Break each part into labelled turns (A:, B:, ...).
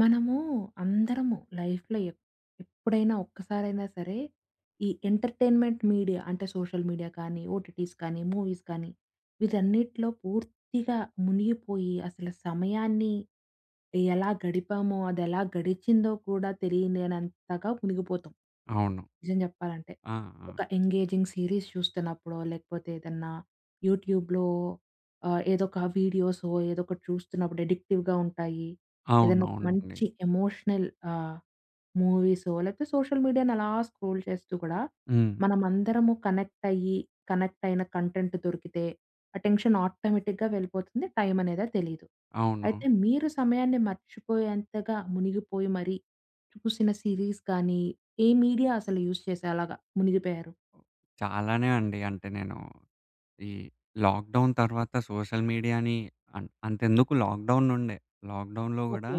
A: మనము అందరము లైఫ్‌లో ఎప్పుడైనా ఒక్కసారైనా సరే, ఈ ఎంటర్‌టైన్‌మెంట్ మీడియా అంటే సోషల్ మీడియా కానీ, ఓటీటీస్ కానీ, మూవీస్ కానీ, వీటన్నిటిలో పూర్తిగా మునిగిపోయి అసలు సమయాన్ని ఎలా గడిపామో, అదెలా గడిచిందో కూడా తెలియలేనంతగా మునిగిపోతాం.
B: అవును.
A: నిజం చెప్పాలంటే.
B: ఆ! ఆ!
A: ఒక ఎంగేజింగ్ సీరీస్ చూస్తున్నప్పుడో, లేకపోతే ఏదన్నా యూట్యూబ్‌లో ఏదొక వీడియోసో ఏదొకటి చూస్తున్నప్పుడు అడిక్టివ్‌గా ఉంటాయి. ఏదైనా ఒక
B: అవునవునండి.
A: మంచి ఎమోషనల్ ఆహ్, మూవీసో లేకపోతే సోషల్ మీడియాని అలా స్క్రోల్ చేస్తూ కూడా,
B: హ్మ్.
A: మనమందరము కనెక్ట్ అయ్యి, కనెక్ట్ అయిన కంటెంట్ దొరికితే అటెన్షన్ ఆటోమేటిక్‌గా వెళ్ళిపోతుంది. టైం అనేది తెలీదు.
B: అవును.
A: అయితే మీరు సమయాన్ని మర్చిపోయేంతగా మునిగిపోయి మరి చూసిన సీరీస్ కానీ, ఏ మీడియా అసలు యూజ్ చేసి అలాగా మునిగిపోయారు?
B: చాలానే అండి. అంటే నేను ఈ లాక్‌డౌన్ తర్వాత సోషల్ మీడియాని అంతెందుకు లాక్‌డౌన్ నుండే. లాక్‌డౌన్‌లో గూడా
A: ఓకే.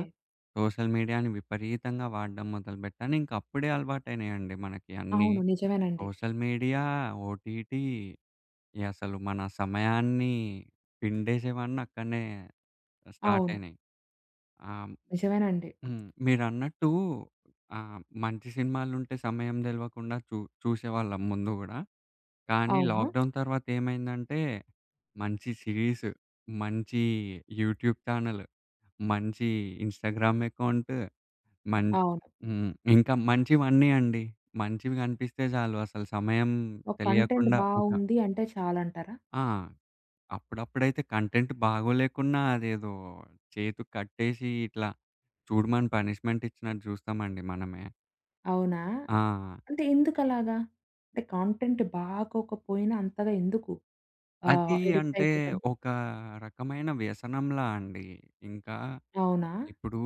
B: సోషల్ మీడియాని విపరీతంగా వాడడం మొదలుపెట్టాను. ఇంక అప్పుడే అలవాటయినాయండి మనకి అన్నీ.
A: అవును. నిజమేనండి.
B: సోషల్ మీడియా, ఓటీటీ, ఈ అసలు మన సమయాన్ని పిండేసేవన్నీ అక్కడనే స్టార్ట్
A: అవును.
B: అయినాయి. ఆ!
A: నిజమేనండి.
B: హ్మ్. మీరన్నట్టు మంచి సినిమాలుంటే సమయం తెలవకుండా చూసేవాళ్ళం ముందు గూడా. కానీ
A: అవును.
B: లాక్‌డౌన్ తర్వాత ఏమైందంటే, మంచి సిరీస్, మంచి యూట్యూబ్ ఛానెల్, మంచి ఇన్‌స్టాగ్రామ్ అకౌంట్, మన్
A: అవును.
B: హ్మ్. ఇంకా మంచివన్నీ అండి. మంచివి కనిపిస్తే చాలు అసలు సమయం
A: ఒక కంటెంట్
B: తెలియకుండా ఒక
A: బావుంది అంటే చాలంటారా?
B: ఆ! అప్పుడప్పుడైతే కంటెంట్ బాగోలేకున్నా అదేదో చేతుకి కట్టేసి ఇట్లా చూడమని పనిష్మెంట్ ఇచ్చినట్టు జూస్తామండి మనమే.
A: అవునా?
B: ఆ!
A: అంటే ఎందుకలాగా? అంటే కంటెంట్ బాగోకపోయినా అంతగా ఎందుకు
B: అది
A: అడిక్ట్
B: అంటే
A: అయిపోతాం?
B: ఒక రకమైన వ్యసనంలా అండి. ఇంకా
A: అవునా?
B: ఇప్పుడు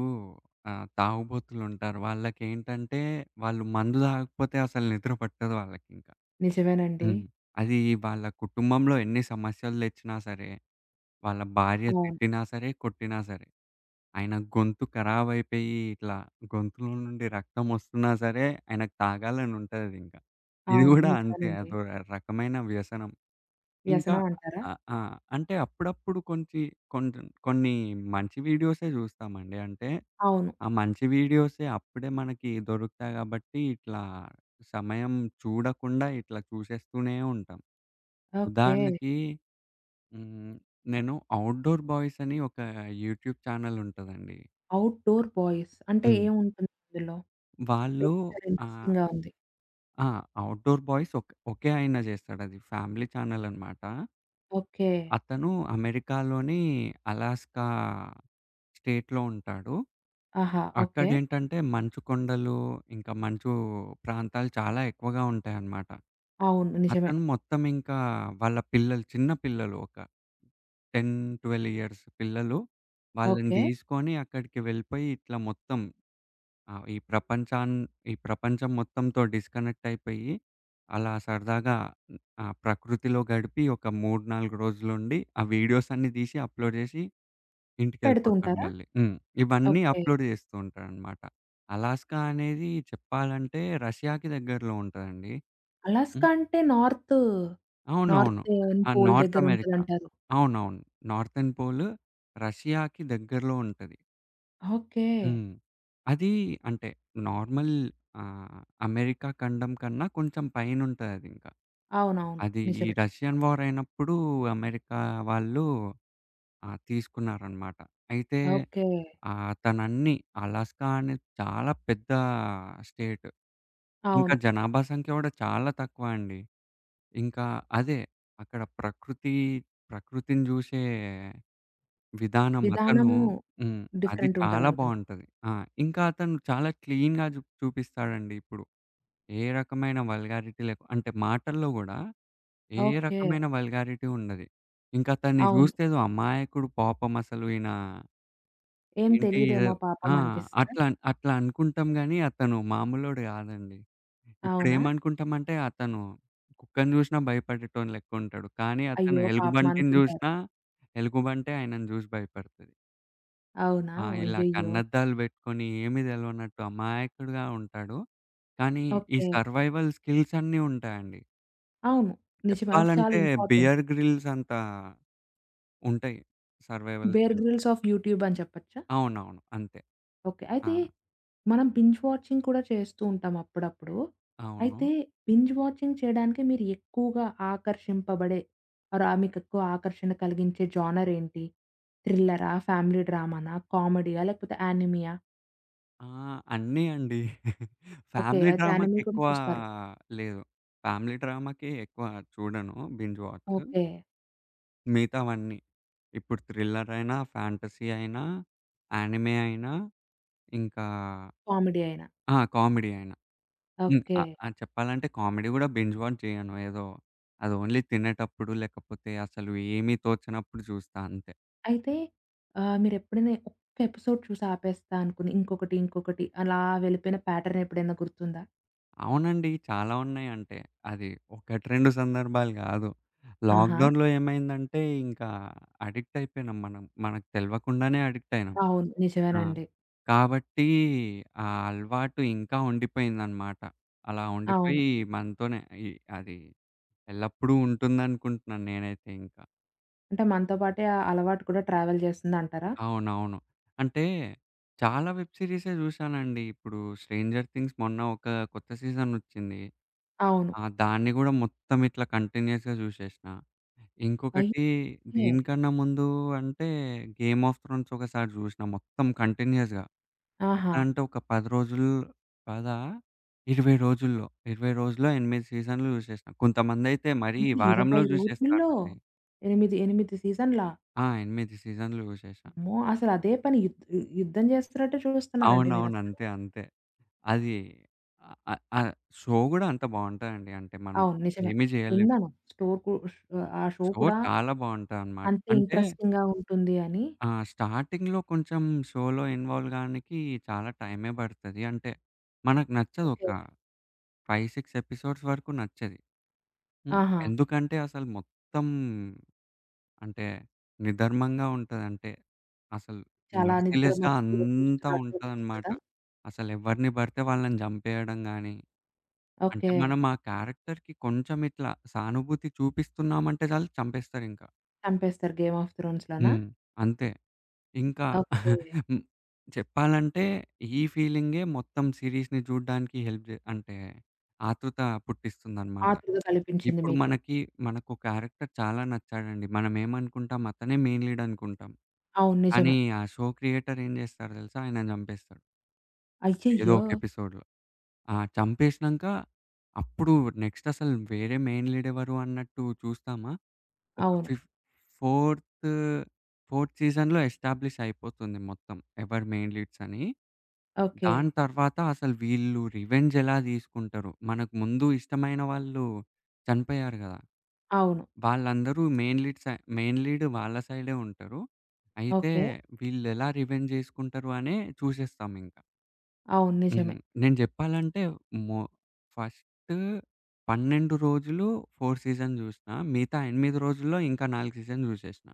B: తాగుబోతులుంటారు. వాళ్ళకేంటంటే వాళ్ళు మందు తాగకపోతే అసలు నిద్ర పట్టదు వాళ్ళకింకా.
A: నిజమేనండి.
B: హ్మ్. అది వాళ్ళ కుటుంబంలో ఎన్ని సమస్యలు తెచ్చినా సరే, వాళ్ళ భార్య
A: అవును.
B: తిట్టినా సరే, కొట్టినా సరే, ఆయన గొంతు ఖరాబయిపోయి ఇట్లా గొంతులో నుండి రక్తమొస్తున్నా సరే, ఆయనకు తాగాలని ఉంటదింక. ఇది
A: అవును.
B: గూడా అంతే,
A: నిజమేనండి.
B: అదో రకమైన వ్యసనం. ఇంకా
A: వ్యసనం అంటారా?
B: ఆ! ఆ! అంటే అప్పుడప్పుడు కొంచెం కొన్ని మంచి వీడియోసే జూస్తామండి. అంటే
A: అవును.
B: ఆ మంచి వీడియోసే అప్పుడే మనకి దొరుకుతాయి గాబట్టి, ఇట్లా సమయం చూడకుండా ఇట్లా చూసేస్తూనే ఉంటాం.
A: ఓకే.
B: ఉదాహరణకి హ్మ్. నేను 'ఔట్‌డోర్ బాయ్స్' అని ఒక యూట్యూబ్ ఛానెల్ ఉంటదండి.
A: ఔట్‌డోర్ బాయ్స్ అంటే
B: హ్మ్.
A: ఏముంటుంది అందులో?
B: వాళ్ళు
A: పిక్చర్ ఇంట్రెస్టింగ్‌గా
B: ఆహ్,
A: ఉంది.
B: ఆ! ఔట్‌డోర్ బాయ్స్ ఒకే ఆయన జేస్తాడది. ఫ్యామిలీ ఛానెల్ అనమాట.
A: ఓకే.
B: అతను అమెరికాలోని అలాస్కా స్టేట్‌లో ఉంటాడు.
A: ఆహా! ఓకే.
B: అక్కడేంటంటే మంచు కొండలు, ఇంకా మంచు ప్రాంతాలు చాలా ఎక్కువగా ఉంటాయన్నమాట.
A: అవును. నిజమే.
B: అతను మొత్తం ఇంకా వాళ్ళ పిల్లలు చిన్న పిల్లలు ఒక 10, 12 ఇయర్స్ పిల్లలు వాళ్ళని
A: ఓకే.
B: దీసుకొని అక్కడికి వెళ్ళిపోయి ఇట్లా మొత్తం ఆ! ఈ ప్రపంచం మొత్తంతో డిస్కనెక్ట్ అయిపోయి, అలా సరదాగా ఆ ప్రకృతిలో గడిపి ఒక 3, 4 రోజులుండి, ఆ వీడియోస్ అన్నీ తీసి అప్‌లోడ్ చేసి
A: పెడుతూ
B: ఇంటికెళ్ళిపోతాడు
A: ఉంటారా?
B: మళ్ళీ. హ్మ్. ఇవన్నీ
A: ఓకే.
B: అప్‌లోడ్ చేస్తూ ఉంటాడనమాట. అలాస్కా అనేది చెప్పాలంటే రష్యాకి దగ్గరలో ఉంటదండి. హ్మ్.
A: అలాస్కా అంటే నార్త్,
B: అవునవును.
A: నార్త్
B: ఆ!
A: పోల్
B: నార్త్
A: దగ్గర
B: అమెరికా.
A: ఉంటదంటారు.
B: అవునవును. నార్థన్ పోల్ రష్యాకి దగ్గరలో ఉంటది.
A: ఓకే.
B: హ్మ్. అది అంటే నార్మల్ ఆహ్, అమెరికా ఖండం కన్నా కొంచెం పైనుంటదదింకా.
A: అవునవును.
B: అది ఈ
A: నిజమే.
B: రష్యన్ వార్ అయినప్పుడు అమెరికా వాళ్ళు తీసుకున్నారనమాట. అయితే
A: ఓకే.
B: తనన్ని అలాస్కా అనేది చాలా పెద్ద స్టేట్. ఇంకా
A: అవును.
B: జనాభా సంఖ్య గూడా చాలా తక్కువ అండి. ఇంకా అదే అక్కడ ప్రకృతి, ప్రకృతిని జూసే విధానం అతను
A: విధానము
B: హ్మ్. అది
A: డిఫరెంట్
B: చాలా
A: ఉంటదనుకుంటా.
B: బావుంటది. ఆ! ఇంకా అతను చాలా క్లీన్‌గా చూపిస్తాడండి ఇప్పుడు. ఏ రకమైన వల్గారిటీ లేకు అంటే మాటల్లో గూడా ఏ
A: ఓకే.
B: రకమైన వల్గారిటీ ఉండది. ఇంక అతన్ని
A: అవును.
B: జూస్తే ఏదో అమాయకుడు పాపం అసలు ఈయన
A: ఏం
B: ఏంటి ఏదో
A: తెలీదేమో పాపం
B: ఆ!
A: అనిపిస్తదా?
B: అట్లా అట్లా అనుకుంటాం గానీ అతను మామూలోడు గాదండి.
A: అవునా?
B: ఇప్పుడేమనుకుంటామంటే అతను కుక్కను జూసినా భయపడేటోని లెక్కుంటాడు. కానీ అతను
A: అయ్యో! పాపం
B: ఎలుగుబంటిని
A: అనుకుంటారు.
B: జూసినా ఎలుగుబంటే ఆయనను జూసి భయపడతది.
A: అవునా?
B: ఆ! ఇలా
A: అయ్యయ్యో!
B: కన్నద్దాలు పెట్టుకొని ఏమి తెలవనట్టు అమాయకుడుగా ఉంటాడు. కానీ ఈ
A: ఓకే.
B: సర్వైవల్ స్కిల్స్ అన్నీ ఉంటాయండి.
A: అవును. నిజమే. అవి చాలా
B: చెప్పాలంటే
A: ఇంపార్టెంట్.
B: 'బియర్ గ్రిల్స్' అంత ఉంటాయి survival
A: 'bear
B: skills.
A: Grylls of YouTube' అని చెప్పొచ్చా?
B: అవునవును. అంతే.
A: ఓకే.
B: ఆ!
A: అయితే మనం బింజ్ వాచింగ్ కూడా చేస్తూ ఉంటాం అప్పుడప్పుడు.
B: అవును.
A: అయితే బింజ్ వాచింగ్ చేయడానికి మీరు ఎక్కువగా ఆకర్షింపబడే మీకెక్కువ ఆకర్షణ కలిగించే జానర్ ఏంటి? థ్రిల్లరా? ఫ్యామిలీ డ్రామానా? కామెడీయా? లేకపోతే యానిమీయా?
B: ఆ! అన్నీ అండి.
A: ఓకే.
B: ఫ్యామిలీ
A: అయితే
B: డ్రామాకి
A: యానిమీ కూడా
B: ఎక్కువ
A: చూస్తారు.
B: లేదు. ఫ్యామిలీ డ్రామాకి ఎక్కువ చూడను బింజ్ వాచ్.
A: ఓకే.
B: మిగతావన్నీ. ఇప్పుడు థ్రిల్లర్ అయినా, ఫ్యాంటసీ అయినా, యానిమే అయినా, ఇంకా
A: కామెడీ అయినా.
B: ఆ! కామెడీ అయినా. హ్మ్.
A: ఓకే.
B: ఆహ్, ఆహ్, చెప్పాలంటే కామెడీ గూడా బింజ్ వాచ్ జేయను. ఏదో అది ఓన్లీ తినేటప్పుడు, లేకపోతే అసలు ఏమీ తోచనప్పుడు చూస్తా అంతే.
A: అయితే మీరెప్పుడైనా ఒక్క ఎపిసోడ్ చూసి ఆపేస్తా అనుకుని ఇంకొకటి, ఇంకొకటి అలా వెళ్ళిపోయిన ప్యాటర్న్ ఎప్పుడైనా గుర్తుందా?
B: అవునండి. చాలా ఉన్నాయంటే. అది 1, 2 సందర్భాలు గాదు.
A: ఆహా!
B: లాక్‌డౌన్‌లో ఏమైందంటే ఇంకా అడిక్ట్ అయిపోయినాం మనం. మనకు తెలవకుండానే అడిక్ట్ అయినాం.
A: అవును.
B: ఆ!
A: నిజమేనండి.
B: కాబట్టి ఆ అలవాటు ఇంకా ఉండిపోయిందనమాట. అలా
A: అవును.
B: ఉండిపోయి మనతోనే ఈ అది ఎల్లప్పుడూ ఉంటుందనుకుంటున్నాను నేనైతే ఇంకా.
A: అంటే మనతో పాటే ఆ అలవాటు కూడా ట్రావెల్ చేస్తుందంటారా?
B: అవునవును. అంటే చాలా వెబ్ సీరీసే జూశానండి. ఇప్పుడు 'స్ట్రేంజర్ థింగ్స్' మొన్న ఒక కొత్త సీజనొచ్చింది.
A: అవును.
B: ఆ! దాన్ని గూడా మొత్తం ఇట్లా కంటిన్యూయస్‌గా జూశేషినా.
A: అయితే
B: ఇంకొకటి దీనికన్నా ముందు అంటే 'గేమ్ ఆఫ్ థ్రోన్స్' ఒకసారి జూశినా మొత్తం కంటిన్యూయస్‌గా.
A: ఆహా!
B: ఎట్లా అంటే ఒక 10 రోజులు కాదా 20 రోజుల్లో, 20 రోజుల్లో 8 సీజన్లు జూశేషినా. కొంతమందయితే మరీ
A: అంటే 20
B: వారంలో
A: రోజుల్లో
B: జూశేస్తారండి.
A: 8, 8 సీజన్‌లా?
B: ఆ! 8 సీజన్లు జూశేషా.
A: అమ్మో! అసలు అదే పని యుద్ధం చేస్తున్నట్టే చూస్తున్నారండి
B: అవునవును.
A: మీరసలు.
B: అంతే. అంతే. అది ఆహ్, ఆహ్, షో గూడా అంత బావుంటదండి. అంటే మనం
A: అవును. నిజమే.
B: ఏమి జేయలేము.
A: విన్నాను. స్టోర్‌కు ఆ షో
B: షో
A: కూడా
B: చాలా బావుంటదనమాట.
A: అంతే
B: అంటే
A: ఇంట్రెస్టింగ్‌గా ఉంటుంది అని.
B: ఆ! స్టార్టింగ్‌లో కొంచెం షోలో ఇన్వాల్వ్ గానికి చాలా టైమే బడతది. అంటే మనకు నచ్చదు
A: ఓకే.
B: ఒక 5, 6 ఎపిసోడ్స్ వరకు నచ్చది. హ్మ్.
A: ఆహా!
B: ఎందుకంటే అసలు మొత్తం అంటే నిధర్మంగా ఉంటది. అంటే అసలు
A: చాలా నిద్ర
B: మెర్సిలెస్‌గా
A: మత్తులో
B: అంతా
A: చూస్తున్నట్టు
B: ఉంటదనమాట.
A: అనిపిస్తదా?
B: అసలెవరిని బడితే వాళ్ళని జంపేయడం గాని అంటే
A: ఓకే.
B: మనం ఆ క్యారెక్టర్‌కి కొంచెం ఇట్లా సానుభూతి చూపిస్తున్నామంటే చాలు చంపేస్తారింక.
A: చంపేస్తారు 'గేమ్ ఆఫ్ థ్రోన్స్' లోనా?
B: హ్మ్. అంతే. ఇంకా
A: ఓకే.
B: హ్మ్. చెప్పాలంటే ఈ ఫీలింగే మొత్తం సీరీస్‌ని చూడ్డానికి హెల్ప్ జే అంటే ఆతృత పుట్టిస్తుందనమాట.
A: ఆతృత కల్పించింది
B: ఇప్పుడు
A: మీకు.
B: మనకి మనకో క్యారెక్టర్ చాలా నచ్చాడండి. మనం ఏమనుకుంటాం అతనే మెయిన్ లీడ్ అనుకుంటాం.
A: అవును.
B: కానీ
A: నిజమే.
B: ఆ షో క్రియేటర్ ఏం జేస్తారో తెలుసా? ఆయనని చంపేస్తాడు. ఏదో
A: అయ్యయ్యో!
B: ఒక ఎపిసోడ్‌లో. ఆ! చంపేసినంక అప్పుడు నెక్స్ట్ అసలు వేరే మెయిన్ లీడ్ ఎవరు అన్నట్టు చూస్తామా, ఒక
A: అవును.
B: ఫోర్త్, ఫోర్త్ సీజన్‌లో ఎస్టాబ్లిష్ అయిపోతుంది మొత్తం. ఎవరు మెయిన్ లీడ్స్ అని.
A: ఓకే.
B: దాని తర్వాత అసలు వీళ్ళు రివెంజ్ ఎలా తీసుకుంటారు? మనకు ముందు ఇష్టమైన వాళ్ళు చనిపోయారు గదా!
A: అవును.
B: వాళ్ళందరూ మెయిన్ లీడ్ వాళ్ళ సైడే ఉంటారు. అయితే
A: ఓకే.
B: వీళ్ళెలా రివెంజ్ చేసుకుంటారు అనే చూసేస్తామింక.
A: అవును. నిజమే.
B: హ్మ్. నేను జెప్పాలంటే మొ ఫస్ట్ 12 రోజులు 4 సీజన్ జూసినా. మిగతా 8 రోజుల్లో ఇంకా 4 సీజన్ జూసేసిన.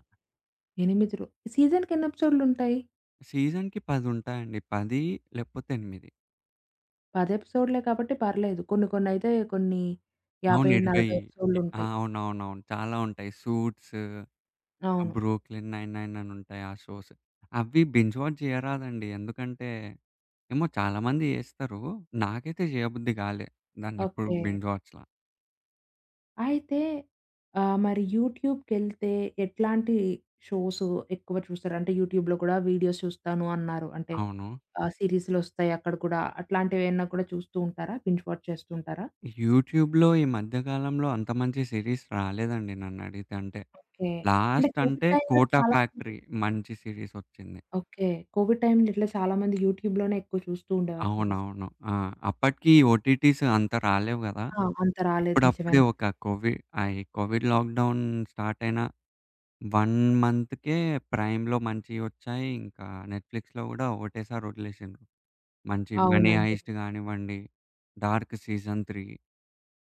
A: 8 సీజన్‌కి ఎన్ని ఎపిసోడ్‌లుంటాయి?
B: సీజన్‌కి 10 ఉంటాయండి. 10 లేకపోతే 8.
A: 10 ఎపిసోడ్‌లే కాబట్టి పర్లేదు. కొన్ని కొన్నయితే కొన్ని
B: అవును.
A: 50,
B: 20
A: 40
B: ఆ!
A: ఎపిసోడ్‌లుంటాయి.
B: అవునవునవును. చాలా ఉంటాయి. 'సూట్స్',
A: అవును.
B: 'బ్రూక్లిన్ 99' అని ఉంటాయి ఆ షోస్. అవి బింజ్ వాచ్ జేయరాదండి. ఎందుకంటే ఏమో చాలామంది జేస్తరు. నాకైతే జేయబుద్ధి గాలే దాన్నెప్పుడు
A: ఓకే.
B: బింజ్ వాచ్‌లా.
A: అయితే మరి యూట్యూబ్‌కెళ్తే ఎట్లాంటి షోస్ ఎక్కువ చూస్తారు? అంటే యూట్యూబ్‌లో కూడా వీడియోస్ చూస్తాను అన్నారు. అంటే
B: అవును.
A: సీరీస్‌లొస్తాయి అక్కడ కూడా. అట్లాంటివేమన్నా కూడా చూస్తూ ఉంటారా? బింజ్ వాచ్ చేస్తూ ఉంటారా?
B: యూట్యూబ్‌లో ఈ మధ్య కాలంలో అంత మంచి సీరీస్ రాలేదండి నన్నడిగితే. అంటే
A: ఓకే. అంటే
B: లాస్ట్
A: కోవిడ్
B: అంటే
A: టైమ్‌లో
B: 'కోటా
A: చాలా
B: ఫ్యాక్టరీ' మంచి సీరీసొచ్చింది.
A: ఓకే. కోవిడ్ టైమ్‌లో ఇట్లా చాలామంది యూట్యూబ్‌లోనే ఎక్కువ చూస్తూ ఉండేవారు సీరీస్.
B: అవునవును. ఆ! అప్పటికి ఓటీటీస్ అంత రాలేవు గదా!
A: ఆ! అంత రాలేదు
B: అప్పుడప్పుడే
A: నిజమేనండి.
B: ఒక కోవిడ్ ఈ కోవిడ్ లాక్‌డౌన్ స్టార్ట్ అయిన 1 మంత్‌కే ప్రైమ్‌లో మంచియొచ్చాయి. ఇంకా నెట్‌ఫ్లిక్స్‌లో గూడా ఒకటేసారి వదిలేసిండ్రు. మంచి 'మనీ
A: అవునండి.
B: హైస్ట్' గానివ్వండి, 'డార్క్' సీజన్ 3.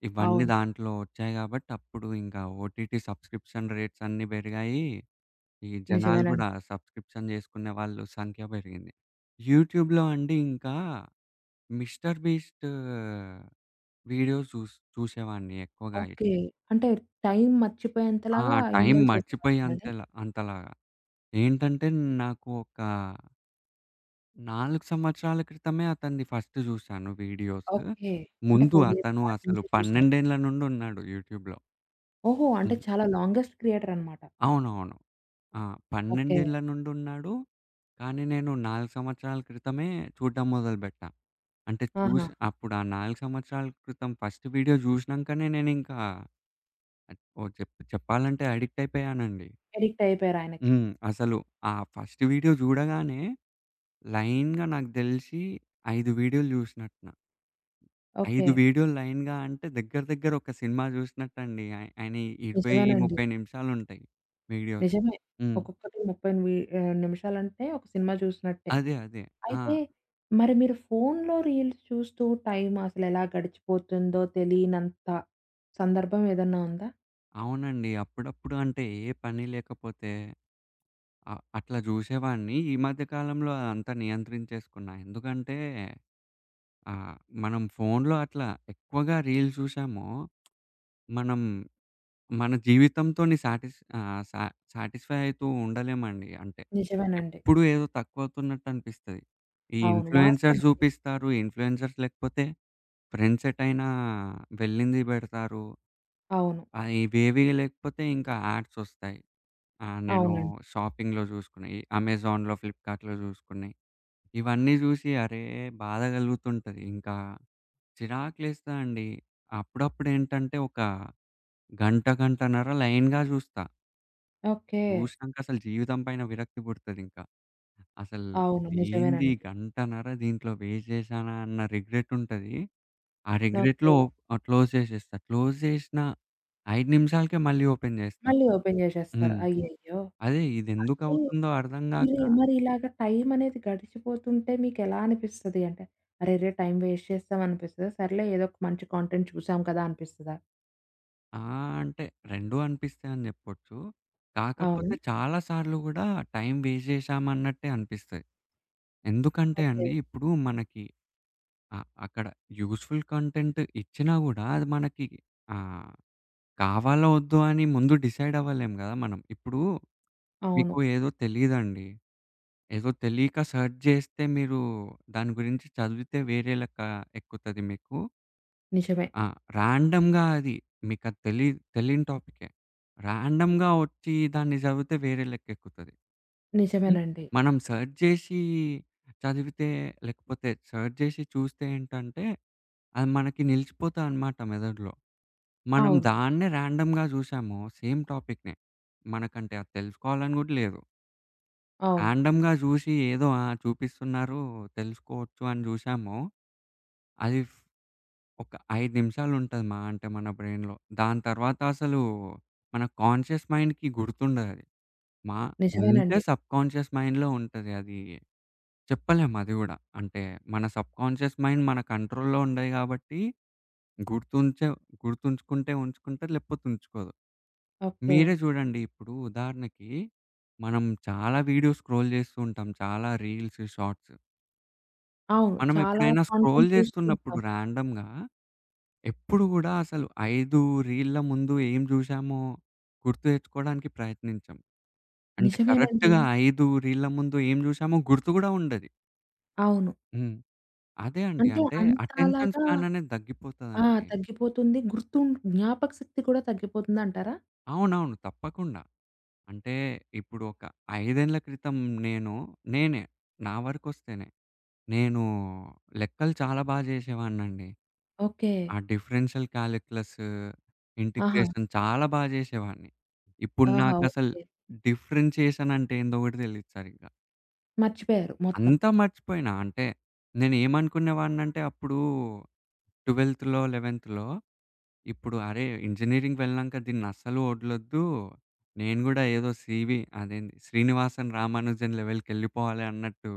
B: ఇవన్నీ
A: అవును.
B: దాంట్లో ఒచ్చాయి గాబట్టి, అప్పుడు ఇంకా ఓటీటీ సబ్స్క్రిప్షన్ రేట్స్ అన్నీ బెరిగాయి. ఈ జనాలు గూడా
A: నిజమేనండి.
B: సబ్స్క్రిప్షన్ జేసుకునే వాళ్ళు సంఖ్య బెరిగింది. యూట్యూబ్‌లో అండి ఇంకా 'మిస్టర్ బీస్ట్' వీడియోస్ చూసేవాడిని ఎక్కువగా.
A: ఓకే. అంటే టైం
B: ఆ!
A: మర్చిపోయేంతలాగా
B: టైం
A: ఇన్వాల్వ్ చేసేవారు
B: మర్చిపోయి
A: మిమ్మల్ని.
B: అంతేలా అంతలాగా. ఏంటంటే నాకు ఒక 4 సంవత్సరాల క్రితమే అతనిది ఫస్ట్ జూశాను వీడియోస్.
A: ఓకే. అంటే
B: ముందు
A: 4 ఇయర్స్
B: అతను
A: బ్యాక్
B: అసలు
A: నుంచే చూసారు.
B: 12 నుండున్నాడు యూట్యూబ్‌లో.
A: ఓహో! అంటే
B: హ్మ్.
A: చాలా లాంగెస్ట్ క్రియేటర్ అన్నమాట.
B: అవునవును. ఆ! 12
A: ఓకే.
B: ఏళ్ల నుండున్నాడు. కానీ నేను 4 సంవత్సరాల క్రితమే చూడడం మొదలుబెట్టా. అంటే
A: ఆహా!
B: చూసి అప్పుడు ఆ 4 సంవత్సరాల క్రితం ఫస్ట్ వీడియో జూసినంకనే నేనింకా ఓ చెప్ చెప్పాలంటే అడిక్ట్ అయిపోయానండి.
A: ఎడిక్ట్ అయిపోయారు ఆయనకి.
B: హ్మ్. అసలు ఆ ఫస్ట్ వీడియో జూడగానే లైన్‌గా నాకు దెలిసి 5 వీడియోలు జూసినట్టున.
A: ఓకే.
B: 5 వీడియోలు లైన్‌గా అంటే దగ్గర దగ్గర ఒక సినిమా జూసినట్టండి. ఆయనయి 20,
A: నిజమేనండి.
B: 30 నిమిషాలుంటాయి వీడియోస్.
A: నిజమే.
B: హ్మ్.
A: ఒక్కొక్కటి 30 వి నిమిషాలంటే ఒక సినిమా చూసినట్టే.
B: అదే. అదే. ఆ!
A: అయితే మరి మీరు ఫోన్‌లో రీల్స్ చూస్తూ టైం అసలెలా గడిచిపోతుందో తెలియనంత సందర్భం ఏదన్నా ఉందా?
B: అవునండి. అప్పుడప్పుడు అంటే ఏ పని లేకపోతే అట్లా జూసేవాడిని. ఈ మధ్య కాలంలో అదంతా నియంత్రించేసుకున్నా. ఎందుకంటే ఆహ్, మనం ఫోన్‌లో అట్లా ఎక్కువగా రీల్స్ జూసామో మనం మన జీవితంతోని సాటిస్ ఆహ్, సా సాటిస్ఫై అయితూ ఉండలేమండి. అంటే
A: నిజమేనండి.
B: ఎప్పుడు ఏదో తక్కువవుతున్నట్టు అనిపిస్తది. ఈ
A: అవును. వాస్తవం.
B: ఇన్‌ఫ్లుయెన్సర్స్ జూపిస్తారు. ఇన్‌ఫ్లుయెన్సర్స్ లేకపోతే ఫ్రెండ్స్ ఎటైనా వెళ్ళింది బెడతారు.
A: అవును.
B: ఇవేవి లేకపోతే ఇంకా యాడ్సొస్తాయి. ఆ! నేను
A: అవునండి.
B: షాపింగ్‌లో జూసుకున్నయి, అమెజాన్‌లో, ఫ్లిప్‌కార్ట్‌లో జూసుకున్నయి. ఇవన్నీ జూసి అరే! బాధ గలుగుతుంటది. ఇంకా చిరాకులేస్తదండి. అప్పుడప్పుడేంటంటే ఒక గంట, గంటన్నర లైన్‌గా జూస్తా.
A: ఓకే.
B: చూసినంకసలు జీవితం పైన విరక్తి పుడతదింక. అసలు
A: అవును.
B: ఏంది
A: నిజమేనండి.
B: గంటన్నర దీంట్లో వేస్ట్ జేశానా అన్న రిగ్రెట్ ఉంటది. ఆ రిగ్రెట్‌లో
A: ఓకే.
B: క్లోజ్ జేసేస్తా. క్లోజ్ జేసినా 5 నిమిషాలకే మళ్ళీ ఓపెన్ జేస్తా.
A: మళ్ళీ ఓపెన్ చేసేస్తారు.
B: హ్మ్.
A: అయ్యయ్యో!
B: అదే
A: అయితే
B: ఇదెందుకవుతుందో అర్థం
A: మీరు
B: గాక
A: మరి ఇలాగ టైం అనేది గడిచిపోతుంటే మీకెలా అనిపిస్తది అంటే, అరెరే! టైం వేస్ట్ చేసాం అనిపిస్తదా? సర్లే ఏదో ఒక మంచి కంటెంట్ చూసాం కదా అనిపిస్తదా?
B: ఆ! అంటే 2 అనిపిస్తాయని జెప్పొచ్చు. కాకపోతే
A: అవునా?
B: చాలా సార్లు గూడా టైం వేస్ట్ జేశామన్నట్టే అనిపిస్తది. ఎందుకంటే
A: ఓకే.
B: అండి, ఇప్పుడు మనకి అ అక్కడ యూజ్‌ఫుల్ కంటెంట్ ఇచ్చినా గూడా అది మనకి ఆహ్, కావాలో వద్దో అని ముందు డిసైడ్ అవ్వలేం గదా మనం. ఇప్పుడు
A: అవును.
B: మీకు ఏదో తెలీదండి. ఏదో తెలియక సెర్చ్ జేస్తే మీరు దాని గురించి చదివితే వేరే లెక్క ఎక్కుతది మీకు.
A: నిజమే.
B: ఆ! ర్యాండమ్‌గా అది. మీకది తెలియని టాపికే. ర్యాండమ్‌గా వచ్చి దాన్ని చదివితే వేరే లెక్కెక్కుతది. హ్మ్.
A: నిజమేనండి.
B: మనం సెర్చ్ జేసి చదివితే లేకపోతే సెర్చ్ జేసి చూస్తే ఏంటంటే, అది మనకి నిలిచిపోతదనమాట మెదడులో. మనం
A: అవును.
B: దాన్నే ర్యాండమ్‌గా చూసాము సేమ్ టాపిక్‌నే. మనకంటే అది తెలుసుకోవాలని గూడా లేదు.
A: అవును.
B: ర్యాండమ్‌గా జూసి ఏదో ఆ! చూపిస్తున్నారు తెలుసుకోవచ్చు అని జూసాము. అది ఒక 5 నిమిషాలుంటది మహా అంటే మన బ్రైన్‌లో. దాని తర్వాత అసలు మన కాన్షియస్ మైండ్‌కి గుర్తుండదది. మా ఉంటే
A: నిజమేనండి.
B: సబ్‌కాన్షియస్ మైండ్‌లో ఉంటది. అది చెప్పలేం అది గూడా. అంటే మన సబ్‌కాన్షియస్ మైండ్ మన కంట్రోల్‌లో ఉండదు గాబట్టి గుర్తుంచే గుర్తుంచుకుంటే ఉంచుకుంటది, లేకపోతే ఉంచుకోదు.
A: ఓకే.
B: మీరే జూడండి ఇప్పుడు ఉదాహరణకి మనం చాలా వీడియోస్ స్క్రోల్ జేస్తూ ఉంటాం. చాలా రీల్స్, షార్ట్స్.
A: అవును.
B: మనం
A: చాలా
B: ఎప్పుడైనా స్క్రోల్
A: కాంటెంట్ చూస్తూ
B: జేస్తున్నప్పుడు
A: ఉంటాం.
B: ర్యాండమ్‌గా ఎప్పుడు గూడా అసలు 5 రీళ్ళ ముందు ఏం జూశామో గుర్తు తెచ్చుకోవడానికి ప్రయత్నించం. అంటే
A: నిజమేనండి.
B: కరెక్ట్‌గా 5 రీళ్ళ ముందు ఏం జూశామో గుర్తు గూడా ఉండది.
A: అవును.
B: హ్మ్. అదే అండి.
A: అంటే
B: అంటే అటెన్షన్
A: అంతలాగా
B: స్పాన్ అనేది
A: ఆ!
B: తగ్గిపోతదండి.
A: తగ్గిపోతుంది. జ్ఞాపక శక్తి కూడా తగ్గిపోతుందంటారా?
B: అవునవును. తప్పకుండా. అంటే ఇప్పుడు ఒక 5 ఏండ్ల క్రితం నేను నేనే. నా వరకొస్తేనే. నేను లెక్కలు చాలా బా జేసేవాడినండి.
A: ఓకే.
B: ఆ డిఫరెన్షియల్ కాలిక్యులస్,
A: ఆహా!
B: ఇంటిగ్రేషన్ చాలా బా జేసేవాడిని. ఇప్పుడు
A: ఆహా!
B: నాకసలు
A: ఓకే.
B: డిఫరెన్షియేషన్ అంటే ఏందో గూడా తెలీదు సరిగ్గా.
A: మర్చిపోయారు మొత్తం.
B: అంతా మర్చిపోయినా. అంటే నేనేమనుకునేవాడినంటే అప్పుడు 12థ్, 11థ్‌లో ఇప్పుడు అరే! ఇంజినీరింగ్ వెళ్ళినంక దీన్నస్సలు వదలొద్దు. నేను గూడా ఏదో సీవీ అదేంది 'శ్రీనివాసన్ రామానుజన్' లెవెల్‌కెళ్ళిపోవాలి అన్నట్టు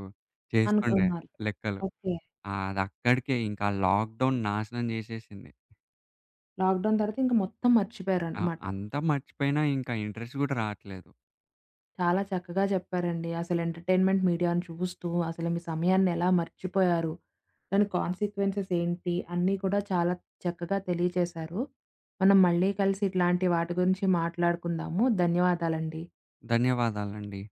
B: చేస్తుండే
A: అనుకున్నారు.
B: లెక్కలు.
A: ఓకే.
B: ఆ! అదక్కడికే ఇంకా లాక్‌డౌన్ నాశనం జేసేసింది.
A: లాక్‌డౌన్ తర్వాత ఇంక మొత్తం
B: ఆ!
A: మర్చిపోయారనమాట.
B: అంతా మర్చిపోయినా ఇంకా ఇంట్రెస్ట్ గూడా రాట్లేదు.
A: చాలా చక్కగా చెప్పారండి. అసలు ఎంటర్‌టైన్‌మెంట్ మీడియాను చూస్తూ అసలు మీ సమయాన్ని ఎలా మర్చిపోయారు? దాని కాన్సిక్వెన్సెస్ ఏంటి? అన్నీ కూడా చాలా చక్కగా తెలియజేశారు. మనం మళ్ళీ కలిసి ఇట్లాంటి వాటి గురించి మాట్లాడుకుందాము. ధన్యవాదాలండి.
B: ధన్యవాదాలండి.